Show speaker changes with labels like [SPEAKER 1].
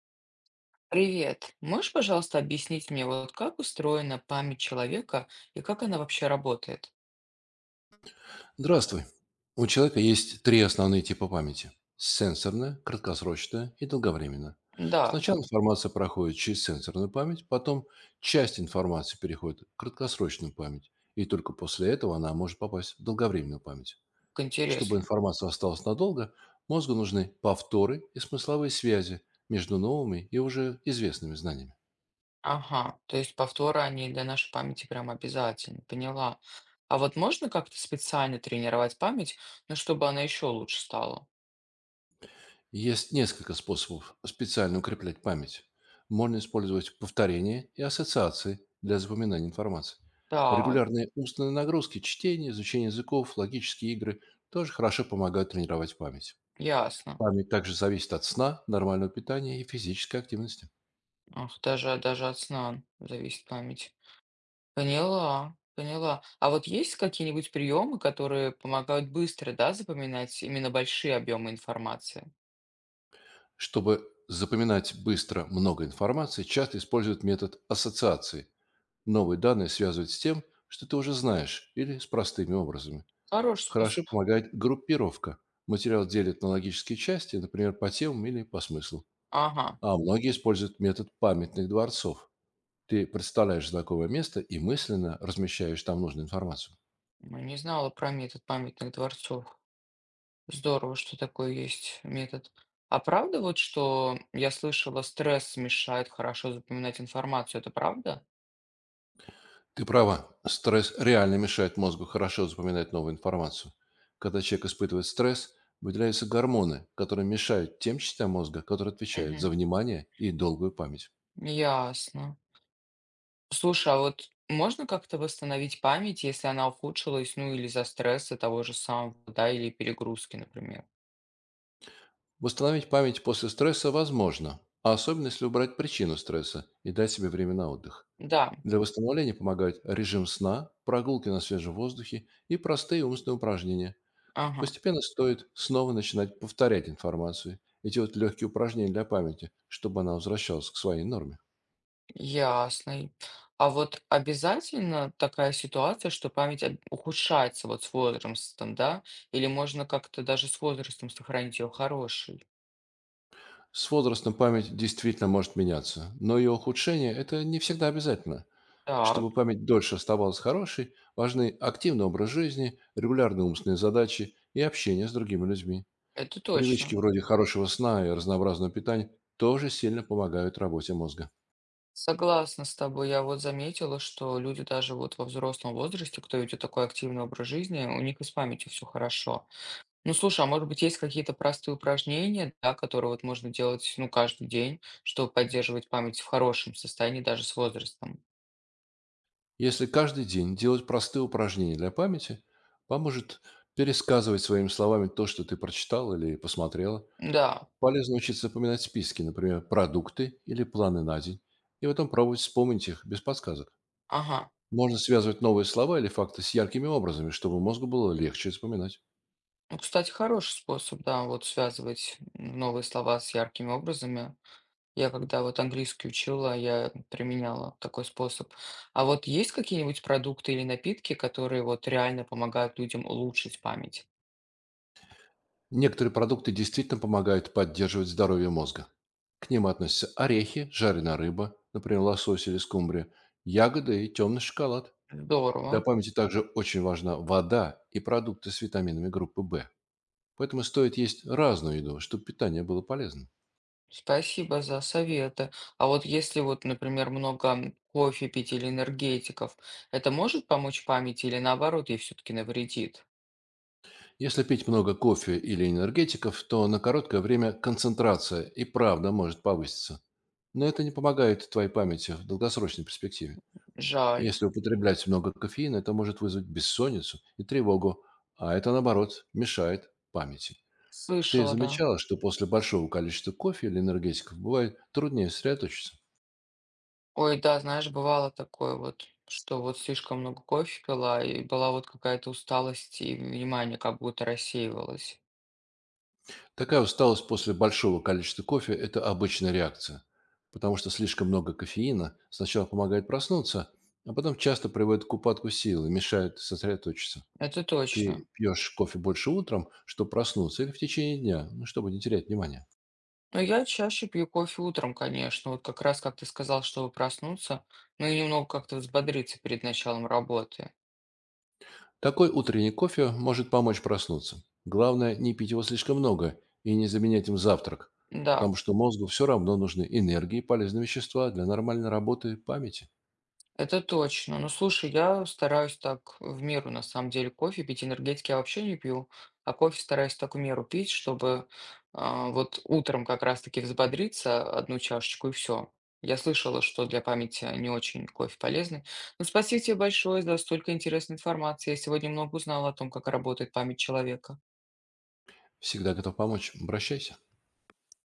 [SPEAKER 1] Привет. Можешь, пожалуйста, объяснить мне, вот как устроена память человека и как она вообще работает?
[SPEAKER 2] Здравствуй. У человека есть три основные типа памяти. Сенсорная, краткосрочная и долговременная.
[SPEAKER 1] Да,
[SPEAKER 2] Сначала информация проходит через сенсорную память, потом часть информации переходит в краткосрочную память, и только после этого она может попасть в долговременную память.
[SPEAKER 1] как
[SPEAKER 2] Чтобы
[SPEAKER 1] интересно.
[SPEAKER 2] информация осталась надолго, мозгу нужны повторы и смысловые связи между новыми и уже известными знаниями.
[SPEAKER 1] Ага, то есть повторы, они для нашей памяти прям обязательно, поняла. А вот можно как-то специально тренировать память, ну, чтобы она еще лучше стала?
[SPEAKER 2] Есть несколько способов специально укреплять память. Можно использовать повторение и ассоциации для запоминания информации.
[SPEAKER 1] Так,
[SPEAKER 2] Регулярные устные нагрузки, чтение, изучение языков, логические игры тоже хорошо помогают тренировать память.
[SPEAKER 1] ясно.
[SPEAKER 2] Память также зависит от сна, нормального питания и физической активности.
[SPEAKER 1] Ах, даже от сна зависит память. Поняла, поняла. А вот есть какие-нибудь приемы, которые помогают быстро, да, запоминать именно большие объемы информации?
[SPEAKER 2] Чтобы запоминать быстро много информации, часто используют метод ассоциации. Новые данные связывают с тем, что ты уже знаешь, или с простыми образами.
[SPEAKER 1] Хороший способ.
[SPEAKER 2] Хорошо помогает группировка. Материал делит на логические части, например, по темам или по смыслу.
[SPEAKER 1] Ага.
[SPEAKER 2] А многие используют метод памятных дворцов. Ты представляешь знакомое место и мысленно размещаешь там нужную информацию.
[SPEAKER 1] Ну, не знала про метод памятных дворцов. Здорово, что такой есть метод. А правда вот, что я слышала, стресс мешает хорошо запоминать информацию, это правда?
[SPEAKER 2] Ты права, стресс реально мешает мозгу хорошо запоминать новую информацию. Когда человек испытывает стресс, выделяются гормоны, которые мешают тем частям мозга, которые отвечают
[SPEAKER 1] Мгм.
[SPEAKER 2] за внимание и долгую память.
[SPEAKER 1] Ясно. Слушай, а вот можно как-то восстановить память, если она ухудшилась, ну или из-за стресса того же самого, да, или перегрузки, например?
[SPEAKER 2] Восстановить память после стресса возможно, а особенно если убрать причину стресса и дать себе время на отдых.
[SPEAKER 1] Да,
[SPEAKER 2] Для восстановления помогают режим сна, прогулки на свежем воздухе и простые умственные упражнения.
[SPEAKER 1] ага.
[SPEAKER 2] Постепенно стоит снова начинать повторять информацию и делать легкие упражнения для памяти, чтобы она возвращалась к своей норме.
[SPEAKER 1] Ясно. И А вот обязательно такая ситуация, что ухудшается вот с возрастом, да? Или можно как-то даже с возрастом сохранить ее хорошей?
[SPEAKER 2] С возрастом память действительно может меняться, но ее ухудшение — это не всегда обязательно.
[SPEAKER 1] Так,
[SPEAKER 2] Чтобы память дольше оставалась хорошей, важны активный образ жизни, регулярные умственные задачи и общение с другими людьми.
[SPEAKER 1] это точно.
[SPEAKER 2] Привычки вроде хорошего сна и разнообразного питания тоже сильно помогают работе мозга.
[SPEAKER 1] Согласна с тобой. Я вот заметила, что люди даже вот во взрослом возрасте, кто ведет такой активный образ жизни, у них и с памятью все хорошо. Ну, слушай, а может быть есть какие-то простые упражнения, да, которые вот можно делать, ну, каждый день, чтобы поддерживать память в хорошем состоянии даже с возрастом?
[SPEAKER 2] Если каждый день делать простые упражнения для памяти, поможет пересказывать своими словами то, что ты прочитал или посмотрела.
[SPEAKER 1] Да,
[SPEAKER 2] Полезно учиться запоминать списки, например, продукты или планы на день, и потом пробовать вспомнить их без подсказок.
[SPEAKER 1] ага.
[SPEAKER 2] Можно связывать новые слова или факты с яркими образами, чтобы мозгу было легче вспоминать.
[SPEAKER 1] Ну, кстати, хороший способ, да, вот связывать новые слова с яркими образами. Я когда вот английский учила, я применяла такой способ. А вот есть какие-нибудь продукты или напитки, которые вот реально помогают людям улучшить память?
[SPEAKER 2] Некоторые продукты действительно помогают поддерживать здоровье мозга. К ним относятся орехи, жареная рыба, например, лосось или скумбрия, ягоды и темный шоколад. Для
[SPEAKER 1] Здорово.
[SPEAKER 2] памяти также очень важна вода и продукты с витаминами группы В. Поэтому стоит есть разную еду, чтобы питание было полезным.
[SPEAKER 1] Спасибо за советы. А вот если вот, например, много кофе пить или энергетиков, это может помочь памяти или наоборот ей все-таки навредит?
[SPEAKER 2] Если пить много кофе или энергетиков, то на короткое время концентрация и правда может повыситься. Но это не помогает твоей памяти в долгосрочной перспективе.
[SPEAKER 1] Жаль.
[SPEAKER 2] Если употреблять много кофеина, это может вызвать бессонницу и тревогу, а это, наоборот, мешает памяти. Ты
[SPEAKER 1] Слышала, да.
[SPEAKER 2] замечала, что после большого количества кофе или энергетиков бывает труднее сосредоточиться?
[SPEAKER 1] Ой, да, знаешь, бывало такое вот, что вот слишком много кофе пила, и была вот какая-то усталость, и внимание как будто рассеивалось.
[SPEAKER 2] Такая усталость после большого количества кофе — это обычная реакция, потому что слишком много кофеина сначала помогает проснуться, а потом часто приводит к упадку силы, мешает сосредоточиться.
[SPEAKER 1] Это точно.
[SPEAKER 2] Ты пьешь кофе больше утром, чтобы проснуться, или в течение дня, ну, чтобы не терять внимание.
[SPEAKER 1] Но я чаще пью кофе утром, конечно, вот как раз, как ты сказал, чтобы проснуться, ну и немного как-то взбодриться перед началом работы.
[SPEAKER 2] Такой утренний кофе может помочь проснуться. Главное, не пить его слишком много и не заменять им завтрак,
[SPEAKER 1] Да.
[SPEAKER 2] потому что мозгу все равно нужны энергии и полезные вещества для нормальной работы памяти.
[SPEAKER 1] Это точно. Ну, слушай, я стараюсь так в меру, на самом деле, кофе пить. Энергетики я вообще не пью, а кофе стараюсь так в меру пить, чтобы вот утром как раз-таки взбодриться одну чашечку и все. Я слышала, что для памяти не очень кофе полезный. Ну, спасибо тебе большое за столько интересной информации. Я сегодня много узнала о том, как работает память человека.
[SPEAKER 2] Всегда готов помочь. Обращайся.